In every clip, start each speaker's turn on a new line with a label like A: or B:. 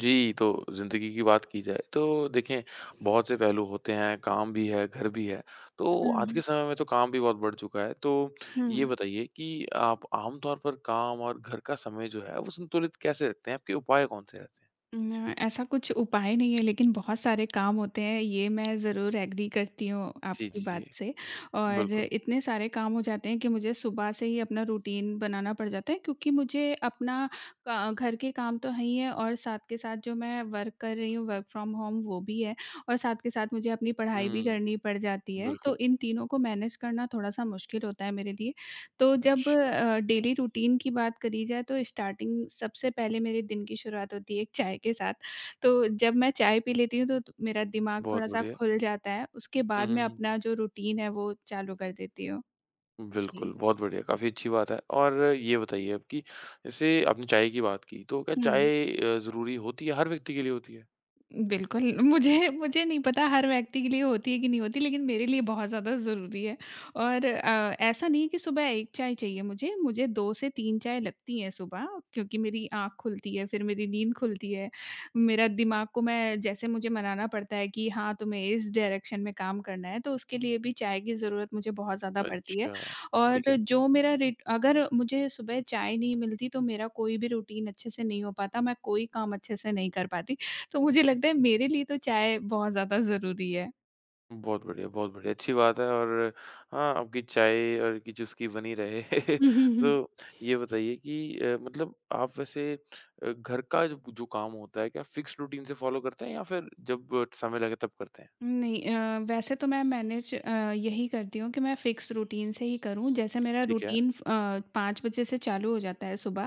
A: जी, तो ज़िंदगी की बात की जाए तो देखें बहुत से पहलू होते हैं, काम भी है, घर भी है। तो आज के
B: हुँ,
A: समय में तो काम भी बहुत बढ़ चुका है। तो
B: हुँ।
A: ये बताइए कि आप आम तौर पर काम और घर का समय जो है वो संतुलित कैसे रखते हैं? आपके उपाय कौन-से रहते हैं?
B: न ऐसा कुछ उपाय नहीं है लेकिन बहुत सारे काम होते हैं, ये मैं ज़रूर एग्री करती हूँ
A: जी,
B: आपकी
A: जी, जी।
B: बात से और
A: बिल्कुल।
B: इतने सारे काम हो जाते हैं कि मुझे सुबह से ही अपना रूटीन बनाना पड़ जाता है क्योंकि मुझे अपना का घर के काम तो है ही है और साथ के साथ जो मैं वर्क कर रही हूँ, वर्क फ्रॉम होम वो भी है और साथ के साथ मुझे अपनी पढ़ाई भी
A: हुँ,
B: करनी पड़ जाती है। तो
A: बिल्कुल।
B: इन तीनों को मैनेज करना थोड़ा-सा मुश्किल होता है मेरे लिए। तो जब
A: अच्छा,
B: डेली रूटीन की बात करी जाए तो स्टार्टिंग सबसे पहले मेरे दिन की शुरुआत होती है एक चाय के साथ। तो जब मैं चाय पी लेती हूँ तो मेरा दिमाग
A: बहुत
B: थोड़ा-सा
A: बढ़िया।
B: खुल जाता है, उसके
A: हुँ,
B: बाद
A: हुँ,
B: मैं
A: हुँ।
B: अपना जो रूटीन है वो चालू कर देती हूँ।
A: बिल्कुल,
B: जी।
A: बहुत बढ़िया, काफ़ी अच्छी बात है। और ये बताइए अब कि जैसे आपने चाय की बात की, तो क्या
B: हुँ।
A: चाय ज़रूरी होती है? हर व्यक्ति के लिए होती है?
B: बिल्कुल, मुझे मुझे नहीं पता हर व्यक्ति के लिए होती है कि नहीं होती, लेकिन मेरे लिए बहुत ज़्यादा ज़रूरी है और ऐसा नहीं है कि सुबह 1 चाय चाहिए मुझे, मुझे 2 से 3 चाय लगती हैं सुबह क्योंकि मेरी आँख खुलती है, फिर मेरी नींद खुलती है। मेरा दिमाग को मैं जैसे मुझे मनाना पड़ता है कि हाँ, तुम्हें इस डायरेक्शन में काम करना है, तो उसके लिए भी चाय की ज़रूरत मुझे बहुत ज़्यादा पड़ती है
A: अच्छा,
B: और
A: ठीक है।
B: जो मेरा रिट अगर मुझे सुबह चाय नहीं मिलती, तो मेरा कोई भी रूटीन अच्छे से नहीं हो पाता, मैं कोई काम अच्छे से नहीं कर पाती। तो मुझे लगता है मेरे लिए तो चाय बहुत ज़्यादा ज़रूरी है।
A: बहुत बढ़िया, अच्छी बात है और हाँ, आपकी चाय और की चुस्की बनी रहे। तो ये बताइए कि मतलब आप वैसे घर का जो जो काम होता है, क्या फिक्स्ड रूटीन से फ़ॉलो करते हैं या फिर जब समय लगे तब करते हैं?
B: नहीं वैसे तो मैं मैनेज यही करती हूँ कि मैं फ़िक्स रूटीन से ही करूँ। जैसे मेरा
A: ठीक है,
B: रूटीन 5 बजे से चालू हो जाता है सुबह।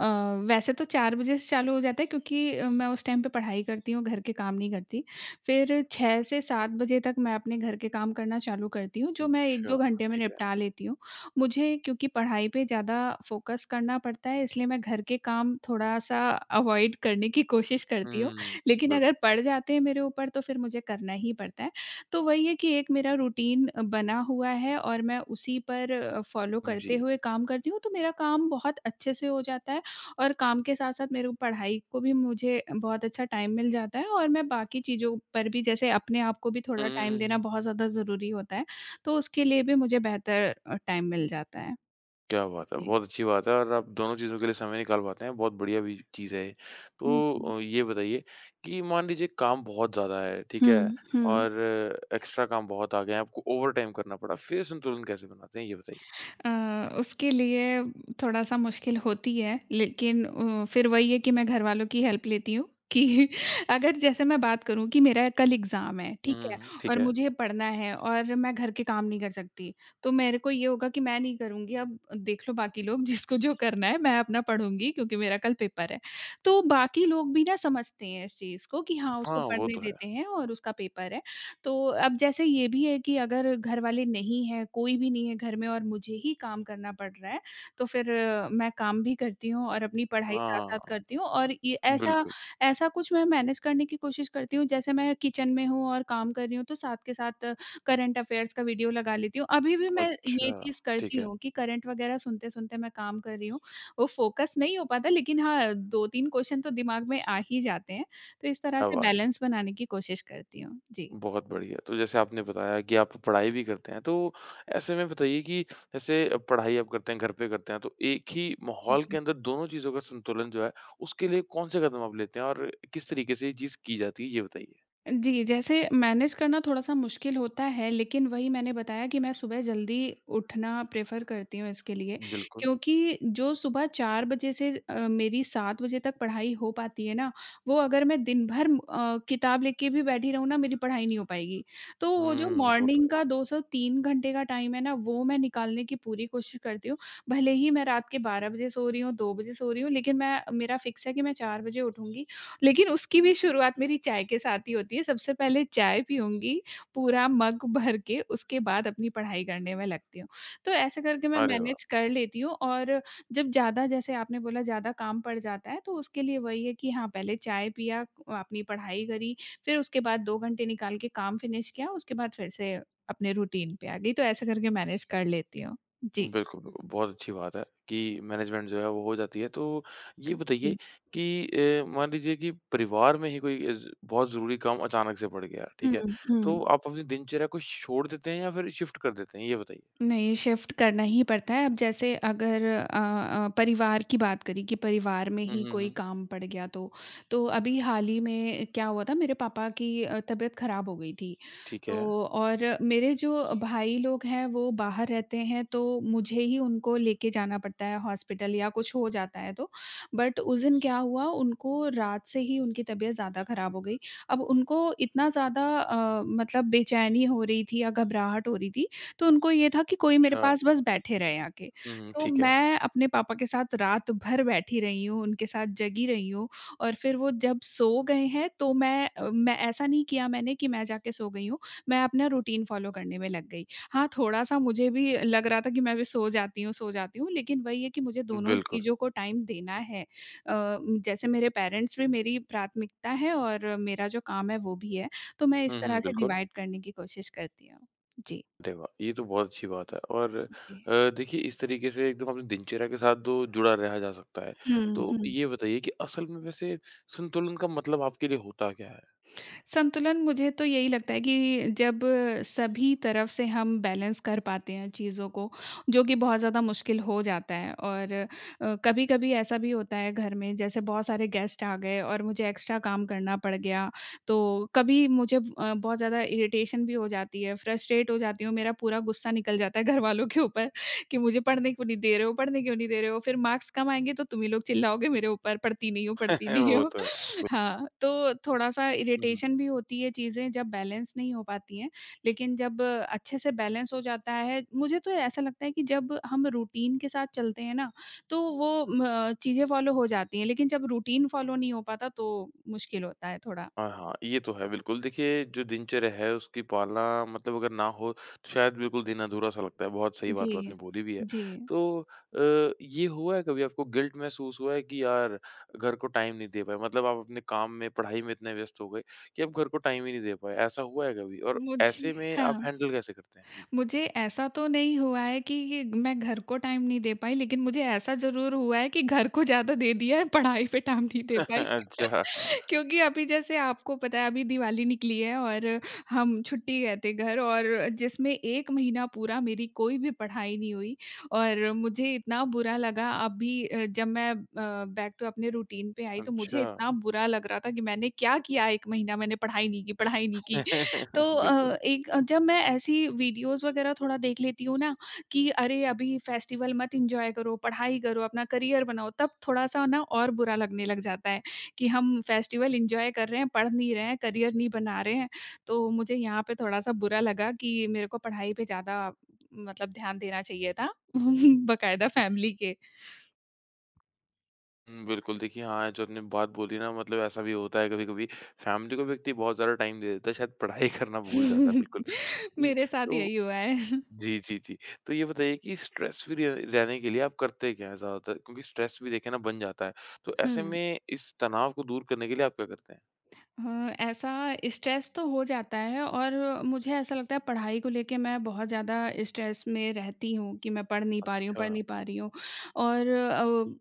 B: अ, वैसे तो 4 बजे से चालू हो जाता है क्योंकि मैं उस टाइम पे पढ़ाई करती हूँ, घर के काम नहीं करती। फिर 6 से 7 बजे तक मैं अपने घर के काम करना चालू करती हूँ, जो मैं
A: अच्छा,
B: 1-2 घंटे में
A: ठीक है।
B: निपटा लेती हूँ। मुझे क्योंकि पढ़ाई पे ज़्यादा फ़ोकस करना पड़ता है इसलिए मैं घर के काम थोड़ा-सा अवॉइड करने की कोशिश करती हूँ।
A: हुँ,
B: लेकिन
A: बिल्कुल,
B: अगर पड़ जाते हैं मेरे ऊपर तो फिर मुझे करना ही पड़ता है। तो वही है कि एक मेरा रूटीन बना हुआ है और मैं उसी पर फ़ॉलो करते
A: जी।
B: हुए काम करती हूँ, तो मेरा काम बहुत अच्छे से हो जाता है और काम के साथ-साथ मेरे को पढ़ाई को भी मुझे बहुत अच्छा टाइम मिल जाता है और मैं बाकी चीज़ों पर भी जैसे अपने आप को भी
A: हुँ,
B: थोड़ा
A: हुँ,
B: टाइम
A: हुँ,
B: देना
A: हुँ।
B: बहुत ज़्यादा ज़रूरी होता है, तो उसके लिए भी मुझे बेहतर टाइम मिल जाता है।
A: क्या बात है!
B: जी।
A: बहुत अच्छी बात है और आप दोनों चीज़ों के लिए समय निकाल पाते हैं, बहुत बढ़िया भी चीज़ है ये। तो
B: जी।
A: ये बताइए कि मान लीजिए काम बहुत ज़्यादा है, ठीक
B: हुँ,
A: है?
B: हुँ।
A: और एक्स्ट्रा काम बहुत आ गए हैं, आपको ओवरटाइम करना पड़ा, फिर संतुलन कैसे बनाते हैं, ये बताइए?
B: उसके लिए थोड़ा-सा मुश्किल होती है, लेकिन फिर वही है कि मैं घरवालों की हेल्प लेती हूँ कि अगर जैसे मैं बात करूँ कि मेरा कल एग्ज़ाम है,
A: हुँ,
B: ठीक
A: हुँ,
B: है?
A: हुँ, ठीक
B: और
A: है।
B: मुझे पढ़ना है और मैं घर के काम नहीं कर सकती, तो मेरे को ये होगा कि मैं नहीं करूँगी, अब देख लो बाकी लोग जिसको जो करना है, मैं अपना पढ़ूँगी क्योंकि मेरा कल पेपर है। तो बाकी लोग भी ना समझते हैं इस चीज़ को कि हाँ, उसको
A: हाँ, वो
B: पढ़ने
A: तो है।
B: देते हैं और उसका पेपर है। तो अब जैसे ये भी है कि अगर घर वाले नहीं हैं, कोई भी नहीं है घर में और मुझे ही काम करना पड़ रहा है, तो फिर मैं काम भी करती हूँ और अपनी पढ़ाई साथ-साथ
A: हाँ,
B: करती हूँ और ये ऐसा
A: बिल्कुल।
B: ऐसा कुछ मैं मैनेज करने की कोशिश करती हूँ, जैसे मैं किचन में हूँ और काम कर रही हूँ, तो साथ के साथ करंट अफेयर्स का वीडियो लगा लेती हूँ। अभी भी मैं
A: अच्छा,
B: ये चीज़
A: ठीक
B: करती
A: है।
B: हूँ कि करंट वगैरह सुनते-सुनते मैं काम कर रही हूँ। वो फ़ोकस नहीं हो पाता लेकिन हाँ, 2-3 क्वेश्चन तो दिमाग में आ ही जाते हैं, तो इस तरह
A: क्या
B: से
A: बात है।
B: बैलेंस बनाने की कोशिश करती हूँ। जी।
A: बहुत बढ़िया। तो जैसे आपने बताया कि आप पढ़ाई भी करते हैं, तो ऐसे में बताइए कि जैसे पढ़ाई आप करते हैं, घर पे करते हैं, तो एक ही माहौल के
B: जी।
A: अंदर दोनों चीज़ों का संतुलन जो है, उसके लिए कौन-से कदम आप लेते हैं और किस तरीके से ये चीज़ की जाती है, ये बताइए?
B: जी, जैसे मैनेज करना थोड़ा-सा मुश्किल होता है, लेकिन वही मैंने बताया कि मैं सुबह जल्दी उठना प्रेफ़र करती हूँ इसके लिए।
A: बिल्कुल।
B: क्योंकि जो सुबह 4 बजे से मेरी 7 बजे तक पढ़ाई हो पाती है ना, वो अगर मैं दिन भर किताब लेके भी बैठी रहूँ ना, मेरी पढ़ाई नहीं हो पाएगी। तो वो जो
A: हुँ, वो तो
B: मॉर्निंग का
A: है।
B: 2 से 3 घंटे का टाइम है ना, वो मैं निकालने की पूरी कोशिश करती हूँ। भले ही मैं रात के 12 बजे सो रही हूँ, 2 बजे सो रही हूँ, लेकिन मैं मेरा फ़िक्स है कि मैं 4 बजे उठूँगी लेकिन उसकी भी शुरुआत मेरी चाय के साथ ही होती है। सबसे पहले चाय पीऊँगी, पूरा मग भर के, उसके बाद अपनी पढ़ाई करने में लगती हूँ। तो ऐसे करके मैं
A: अरे!
B: मैनेज कर लेती हूँ और जब ज़्यादा जैसे आपने बोला ज़्यादा काम पड़ जाता है, तो उसके लिए वही है कि हाँ, पहले चाय पिया, अपनी पढ़ाई करी, फिर उसके बाद 2 घंटे निकाल के काम फिनिश किया, उसके बाद फिर से अपने रूटीन पे आ गई। तो ऐसे करके मैनेज कर लेती हूँ। जी।
A: बिल्कुल, बिल्कुल। बहुत अच्छी बात है कि मैनेजमेंट जो है वो हो जाती है। तो ये बताइए
B: जी।
A: कि मान लीजिए कि परिवार में ही कोई अ, ज बहुत ज़रूरी काम अचानक से पड़ गया, ठीक
B: हुँ,
A: है?
B: हुँ।
A: तो आप अपनी दिनचर्या को छोड़ देते हैं या फिर शिफ्ट कर देते हैं? ये बताइए।
B: नहीं, शिफ्ट करना ही पड़ता है। अब जैसे अगर परिवार की बात करें कि परिवार में
A: हुँ,
B: ही
A: हुँ,
B: कोई
A: हुँ।
B: काम पड़ गया तो अभी हाल ही में क्या हुआ था मेरे पापा की तबीयत ख़राब हो गई थी।
A: ठीक है।
B: तो और मेरे जो भाई लोग हैं वो बाहर रहते हैं तो मुझे ही उनको लेके जाना पड़ता है हॉस्पिटल या कुछ हो जाता है तो। बट उस दिन क्या हुआ उनको रात से ही उनकी तबीयत ज़्यादा ख़राब हो गई। अब उनको इतना ज़्यादा मतलब बेचैनी हो रही थी या घबराहट हो रही थी तो उनको ये था कि कोई मेरे
A: अच्छा।
B: पास बस बैठे रहे आके।
A: हुँ, हुँ,
B: तो
A: ठीक है।
B: मैं अपने पापा के साथ रात भर बैठी रही हूँ, उनके साथ जगी रही हूँ और फिर वो जब सो गए हैं तो मैं ऐसा नहीं किया मैंने कि मैं जाके सो गई हूँ, मैं अपना रूटीन फ़ॉलो करने में लग गई। हाँ, थोड़ा-सा मुझे भी लग रहा था कि मैं भी सो जाती हूँ, लेकिन वही है कि मुझे दोनों
A: बिल्कुल।
B: चीज़ों को टाइम देना है। जैसे मेरे पेरेंट्स भी मेरी प्राथमिकता है और मेरा जो काम है वो भी है, तो मैं इस
A: हुँ, हुँ,
B: तरह से
A: बिल्कुल।
B: डिवाइड करने की कोशिश करती हूँ। जी।
A: अरे वाह! ये तो बहुत अच्छी बात है और
B: जी।
A: देखिए इस तरीके से एकदम अपनी दिनचर्या के साथ तो जुड़ा रहा जा सकता है।
B: हुँ,
A: तो
B: हुँ।
A: ये बताइए कि असल में वैसे संतुलन का मतलब आपके लिए होता क्या है?
B: संतुलन मुझे तो यही लगता है कि जब सभी तरफ से हम बैलेंस कर पाते हैं चीज़ों को, जो कि बहुत ज़्यादा मुश्किल हो जाता है और कभी-कभी ऐसा भी होता है घर में जैसे बहुत सारे गेस्ट आ गए और मुझे एक्स्ट्रा काम करना पड़ गया, तो कभी मुझे बहुत ज़्यादा इरिटेशन भी हो जाती है, फ्रस्ट्रेट हो जाती हूँ, मेरा पूरा गुस्सा निकल जाता है घरवालों के ऊपर कि मुझे पढ़ने क्यों नहीं दे रहे हो पढ़ने क्यों नहीं दे रहे हो? फिर मार्क्स कम आएँगे तो तुम ही लोग चिल्लाओगे मेरे ऊपर, पढ़ती नहीं हो, पढ़ती
A: है,
B: नहीं
A: वो
B: हो।
A: तो है।
B: हाँ, तो थोड़ा-सा
A: हुँ, हुँ।
B: इरिटेशन भी होती है चीज़ें जब बैलेंस नहीं हो पाती हैं, लेकिन जब अच्छे से बैलेंस हो जाता है मुझे तो ऐसा लगता है कि जब हम रूटीन के साथ चलते हैं ना, तो वो म चीज़ें फ़ॉलो हो जाती हैं, लेकिन जब रूटीन फ़ॉलो नहीं हो पाता तो मुश्किल होता है थोड़ा।
A: हाँ, हाँ, ये तो है बिल्कुल। देखिए जो दिनचर्या है उसकी पालना मतलब अगर ना हो तो शायद बिल्कुल दिन अधूरा-सा लगता है। बहुत सही
B: जी।
A: बात आपने बोली भी है।
B: जी,
A: तो ये हुआ है कभी आपको गिल्ट महसूस हुआ है कि यार घर को टाइम नहीं दे पाए? मतलब आप अपने काम में, पढ़ाई में इतने व्यस्त हो गए कि आप घर को टाइम ही नहीं दे पाए, ऐसा हुआ है कभी? और
B: मुझे
A: ऐसे में आप
B: हाँ।
A: हैंडल कैसे करते हैं? जी।
B: मुझे ऐसा तो नहीं हुआ है कि ये मैं घर को टाइम नहीं दे पाई, लेकिन मुझे ऐसा ज़रूर हुआ है कि घर को ज़्यादा दे दिया है, पढ़ाई पे टाइम नहीं दे पाई।
A: अच्छा,
B: क्योंकि अभी जैसे आपको पता है अभी दिवाली निकली है और हम छुट्टी गए थे घर और जिसमें 1 महीना पूरा मेरी कोई भी पढ़ाई नहीं हुई और मुझे इतना बुरा लगा अभी जब मैं बैक टू अपने रूटीन पे आई तो मुझे
A: अच्छा।
B: इतना बुरा लग रहा था कि मैंने क्या किया 1 महीना मैंने पढ़ाई नहीं की, पढ़ाई नहीं की। तो
A: बिल्कुल।
B: एक जब मैं ऐसी वीडियोज़ वगैरह थोड़ा देख लेती हूँ ना कि अरे अभी फेस्टिवल मत एन्जॉय करो, पढ़ाई करो, अपना करियर बनाओ, तब थोड़ा-सा ना और बुरा लगने लग जाता है कि हम फेस्टिवल एन्जॉय कर रहे हैं, पढ़ नहीं रहे हैं, करियर नहीं बना रहे हैं। तो मुझे यहाँ पे थोड़ा-सा बुरा लगा कि मेरे को पढ़ाई पे ज़्यादा मतलब ध्यान देना चाहिए था, बकायदा फैमिली के।
A: हुँ, बिल्कुल देखिए हाँ, जो आपने बात बोली ना मतलब ऐसा भी होता है कभी-कभी फैमिली को व्यक्ति बहुत ज़्यादा टाइम दे देता है, शायद पढ़ाई करना भूल जाता है बिल्कुल। जी,
B: मेरे साथ
A: तो
B: यही हुआ है।
A: जी, जी, जी। तो ये बताइए कि स्ट्रेस फ्री रह रहने के लिए आप करते क्या हैं ज़्यादातर? क्योंकि स्ट्रेस भी देखिए ना बन जाता है, तो ऐसे में इस तनाव को दूर करने के लिए आप क्या करते हैं?
B: हाँ, ऐसा स्ट्रेस तो हो जाता है और मुझे ऐसा लगता है पढ़ाई को लेके मैं बहुत ज़्यादा स्ट्रेस में रहती हूँ कि मैं पढ़ नहीं पा रही हूँ
A: अच्छा।
B: पढ़ नहीं पा रही हूँ और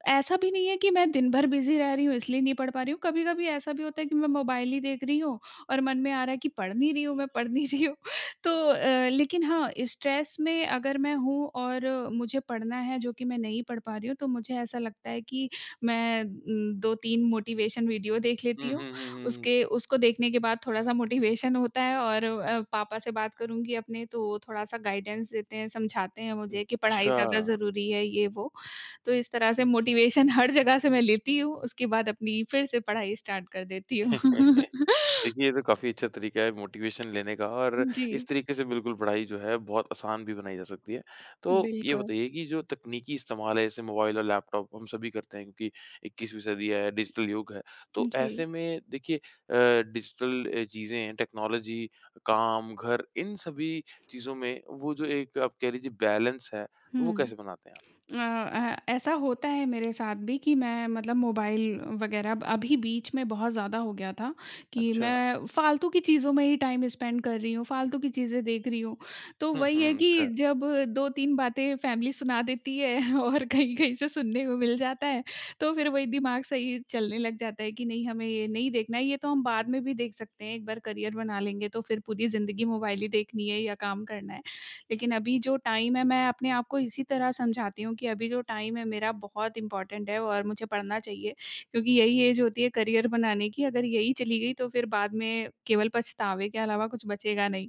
B: ऐसा भी नहीं है कि मैं दिन भर बिज़ी रह रही हूँ इसलिए नहीं पढ़ पा रही हूँ कभी-कभी ऐसा भी होता है कि मैं मोबाइल ही देख रही हूँ और मन में आ रहा है कि पढ़ नहीं रही हूँ मैं पढ़ नहीं रही हूँ तो लेकिन हाँ स्ट्रेस में अगर मैं हूँ और मुझे पढ़ना है जो कि मैं नहीं पढ़ पा रही हूँ, तो मुझे ऐसा लगता है कि मैं 2-3 मोटिवेशन वीडियो देख लेती
A: हुँ,
B: हूँ।
A: हुँ, हुँ, हुँ, हुँ।
B: उसके उसको देखने के बाद थोड़ा-सा मोटिवेशन होता है और पापा से बात करूँगी अपने, तो वो थोड़ा-सा गाइडेंस देते हैं, समझाते हैं मुझे कि पढ़ाई
A: अच्छा।
B: ज़्यादा ज़रूरी है ये वो। तो इस तरह से मोटिवेशन हर जगह से मैं लेती हूँ, उसके बाद अपनी फिर से पढ़ाई स्टार्ट कर देती हूँ।
A: देखिए, ये तो काफ़ी अच्छा तरीका है मोटिवेशन लेने का और
B: जी,
A: इस तरीके से बिल्कुल पढ़ाई जो है बहुत आसान भी बनाई जा सकती है। तो ये
B: बिल्कुल।
A: बताइए कि जो तकनीकी इस्तेमाल है जैसे मोबाइल और लैपटॉप हम सभी करते हैं क्योंकि 21वीं सदी है, डिजिटल युग है। तो
B: जी,
A: ऐसे में देखिए डिजिटल चीज़ें, टेक्नोलॉजी, काम, घर इन सभी चीज़ों में वो जो एक आप कह लीजिए बैलेंस है, तो वो
B: हुँ।
A: कैसे बनाते हैं आप?
B: ऐसा होता है मेरे साथ भी कि मैं, मतलब, मोबाइल वगैरह अब अभी बीच में बहुत ज़्यादा हो गया था कि
A: अच्छा।
B: मैं फालतू की चीज़ों में ही टाइम स्पेंड कर रही हूँ, फालतू की चीज़ें देख रही हूँ। तो
A: हुँ,
B: वही है
A: हुँ।
B: कि
A: अच्छा।
B: जब 2-3 बातें फैमिली सुना देती है और कहीं-कहीं से सुनने को मिल जाता है, तो फिर वही दिमाग सही चलने लग जाता है कि नहीं हमें ये नहीं देखना है, ये तो हम बाद में भी देख सकते हैं, एक बार करियर बना लेंगे तो फिर पूरी ज़िंदगी मोबाइल ही देखनी है या काम करना है। लेकिन अभी जो टाइम है, मैं अपने आप को इसी तरह समझाती हूँ कि अभी जो टाइम है मेरा बहुत इम्पोर्टेंट है और मुझे पढ़ना चाहिए, क्योंकि यही एज होती है करियर बनाने की। अगर यही चली गई तो फिर बाद में केवल पछतावे के अलावा कुछ बचेगा नहीं।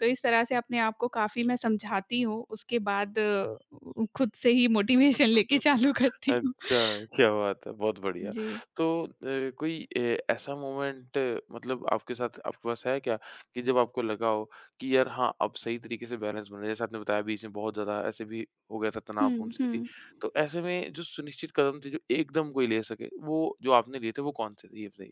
B: तो इस तरह से अपने आप को काफ़ी मैं समझाती हूँ, उसके बाद खुद से ही मोटिवेशन लेके चालू करती हूँ।
A: अच्छा, क्या बात है! बहुत बढ़िया।
B: जी।
A: तो कोई ऐसा मोमेंट मतलब आपके साथ आपके पास है क्या कि जब आपको लगा हो कि यार हाँ, अब सही तरीके से बैलेंस बना है? जैसे आपने बताया बीच में बहुत ज़्यादा ऐसे भी हो गया था
B: हुँ,
A: तनावपूर्ण स्थिति।
B: हुँ।
A: तो ऐसे में जो सुनिश्चित कदम थे जो एकदम कोई ले सके, वो जो आपने लिए थे वो कौन से थे? ये बताइए।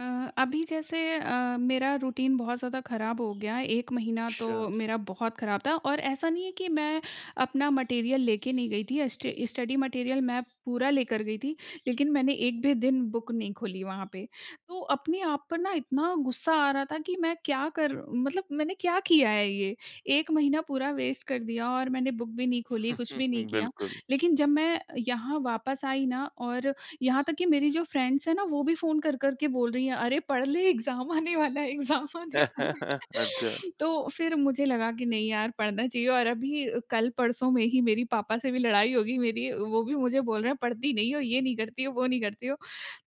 B: अ, अभी जैसे मेरा रूटीन बहुत ज़्यादा ख़राब हो गया है। 1 महीना
A: अच्छा।
B: तो मेरा बहुत ख़राब था और ऐसा नहीं है कि मैं अपना मटेरियल लेके नहीं गई थी। स्टे स्टडी मटेरियल मैं पूरा लेकर गई थी, लेकिन मैंने एक भी दिन बुक नहीं खोली वहाँ पे। तो अपने आप पर ना इतना गुस्सा आ रहा था कि मैं क्या कर मतलब मैंने क्या किया है ये? 1 महीना पूरा वेस्ट कर दिया और मैंने बुक भी नहीं खोली, कुछ
A: हुँ,
B: भी नहीं
A: हुँ,
B: किया।
A: बिल्कुल।
B: लेकिन जब मैं यहाँ वापस आई ना, और यहाँ तक कि मेरी जो फ्रेंड्स हैं ना वो भी फ़ोन कर कर के बोल रही हैं, "अरे पढ़ ले एग्ज़ाम आने वाला है, एग्ज़ाम आने वाला
A: अच्छा।
B: है।" तो फिर मुझे लगा कि नहीं यार पढ़ना चाहिए। और अभी कल परसों में ही मेरी पापा से भी लड़ाई हो गई मेरी, वो भी मुझे बोल रहे हैं, "पढ़ती नहीं हो, ये नहीं करती हो, वो नहीं करती हो।"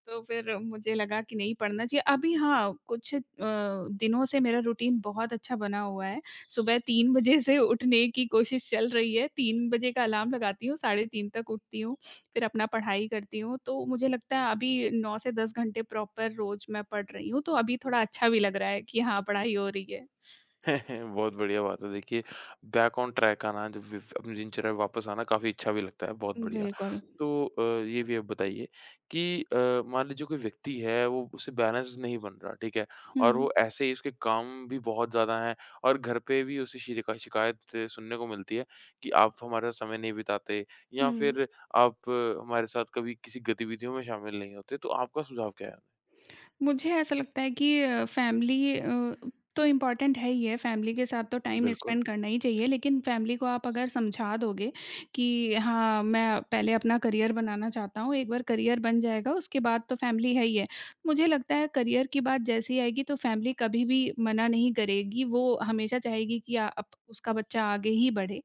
B: तो फिर मुझे लगा कि नहीं, पढ़ना चाहिए। अभी हाँ, कुछ दिनों से मेरा रूटीन बहुत अच्छा बना हुआ है। सुबह 3 बजे से उठने की कोशिश चल रही है। 3 बजे का अलार्म लगाती हूँ, साढ़े 3 तक उठती हूँ, फिर अपना पढ़ाई करती हूँ। तो मुझे लगता है अभी 9 से 10 घंटे प्रॉपर रोज़ मैं पढ़ रही हूँ, तो अभी थोड़ा अच्छा भी लग रहा है कि हाँ, पढ़ाई हो रही है।
A: बहुत बढ़िया बात है। देखिए, बैक ऑन ट्रैक आना जब व अपनी दिनचर्या में वापस आना काफ़ी अच्छा भी लगता है, बहुत बढ़िया।
B: बिल्कुल।
A: तो ये भी आप बताइए कि मान लीजिए कोई व्यक्ति है, वो उससे बैलेंस नहीं बन रहा, ठीक है? और
B: हुँ,
A: वो ऐसे ही उसके काम भी बहुत ज़्यादा हैं और घर पे भी उसे शिकायत सुनने को मिलती है कि आप हमारा समय नहीं बिताते या
B: हुँ।
A: फिर आप हमारे साथ कभी किसी गतिविधियों में शामिल नहीं होते। तो आपका सुझाव क्या है?
B: मुझे ऐसा लगता है कि फैमिली तो इम्पॉर्टेंट है ही है, फैमिली के साथ तो टाइम
A: बिल्कुल,
B: स्पेंड करना ही चाहिए, लेकिन फैमिली को आप अगर समझा दोगे कि हाँ, मैं पहले अपना करियर बनाना चाहता हूँ, एक बार करियर बन जाएगा, उसके बाद तो फैमिली है ही है। मुझे लगता है करियर की बात जैसे ही आएगी तो फैमिली कभी भी मना नहीं करेगी, वो हमेशा चाहेगी कि अ, अप उसका बच्चा आगे ही बढ़े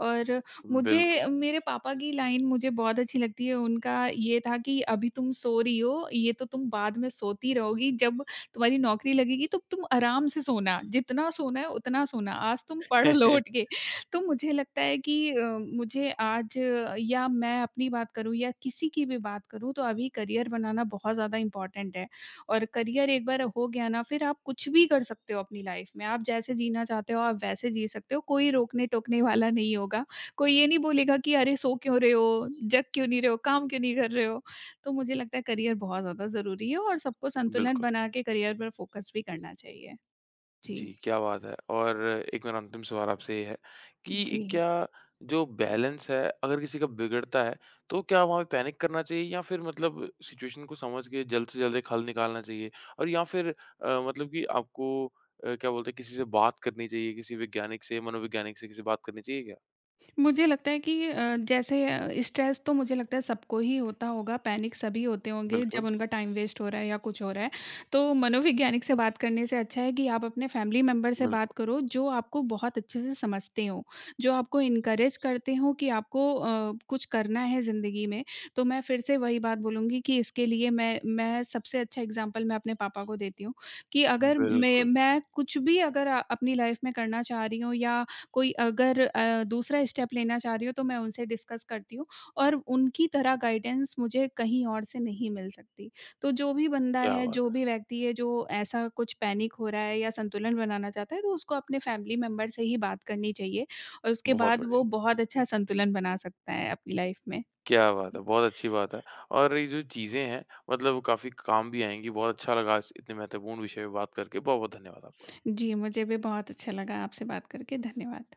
B: और
A: बिल्कुल।
B: मुझे मेरे पापा की लाइन मुझे बहुत अच्छी लगती है, उनका ये था कि अभी तुम सो रही हो, ये तो तुम बाद में सोती रहोगी, जब तुम्हारी नौकरी लगेगी तो तुम आराम से सोना, जितना सोना है उतना सोना, आज तुम पढ़ लो उठ के। तो मुझे लगता है कि मुझे आज या मैं अपनी बात करूँ या किसी की भी बात करूँ तो अभी करियर बनाना बहुत ज़्यादा इम्पोर्टेंट है और करियर एक बार हो गया ना फिर आप कुछ भी कर सकते हो अपनी लाइफ में, आप जैसे जीना चाहते हो आप वैसे जी सकते हो, कोई रोकने-टोकने वाला नहीं होगा। कोई ये नहीं बोलेगा कि अरे सो क्यों रहे हो, जग क्यों नहीं रहे हो, काम क्यों नहीं कर रहे हो। तो मुझे लगता है करियर बहुत ज़्यादा ज़रूरी है और सबको संतुलन
A: बिल्कुल।
B: बना के करियर पर फोकस भी करना चाहिए। जी।
A: जी, क्या बात है! और एक मेरा अंतिम सवाल आपसे ये है
B: जी।
A: कि क्या जो बैलेंस है, अगर किसी का बिगड़ता है, तो क्या वहाँ पे पैनिक करना चाहिए या फिर मतलब सिचुएशन को समझ के जल्द से जल्द एक हल निकालना चाहिए? और या फिर मतलब कि आपको क्या बोलते हैं, किसी से बात करनी चाहिए, किसी वैज्ञानिक से, मनोवैज्ञानिक से किसी से बात करनी चाहिए क्या?
B: मुझे लगता है कि जैसे स्ट्रेस तो मुझे लगता है सबको ही होता होगा, पैनिक सभी होते होंगे जब
A: बिल्कुल,
B: उनका टाइम वेस्ट हो रहा है या कुछ हो रहा है। तो मनोवैज्ञानिक से बात करने से अच्छा है कि आप अपने फैमिली मेंबर से बात
A: बिल्कुल,
B: करो जो आपको बहुत अच्छे से समझते हों, जो आपको इनकरेज करते हों कि आपको कुछ करना है ज़िंदगी में। तो मैं फिर से वही बात बोलूँगी कि इसके लिए मैं सबसे अच्छा एग्ज़ाम्पल मैं अपने पापा को देती हूँ कि अगर मैं
A: बिल्कुल।
B: मैं कुछ भी अगर अपनी लाइफ़ में करना चाह रही हूँ या कोई अगर दूसरा स्टेप लेना चाह रही हो तो मैं उनसे डिस्कस करती हूँ और उनकी तरह गाइडेंस मुझे कहीं और से नहीं मिल सकती। तो जो भी बंदा
A: क्या
B: है,
A: बात
B: जो
A: है!
B: भी व्यक्ति है जो ऐसा कुछ पैनिक हो रहा है या संतुलन बनाना चाहता है तो उसको अपने फैमिली मेंबर से ही बात करनी चाहिए और उसके
A: बहुत
B: बाद वो
A: बढ़िया।
B: बहुत अच्छा संतुलन बना सकता है अपनी लाइफ में।
A: क्या बात है! बहुत अच्छी बात है। और ये जो चीज़ें हैं मतलब काफ़ी काम भी आएँगी। बहुत अच्छा लगा इस इतने महत्वपूर्ण विषय पे बात करके। बहुत-बहुत धन्यवाद आपका।
B: जी, मुझे भी बहुत अच्छा लगा आपसे बात करके। धन्यवाद।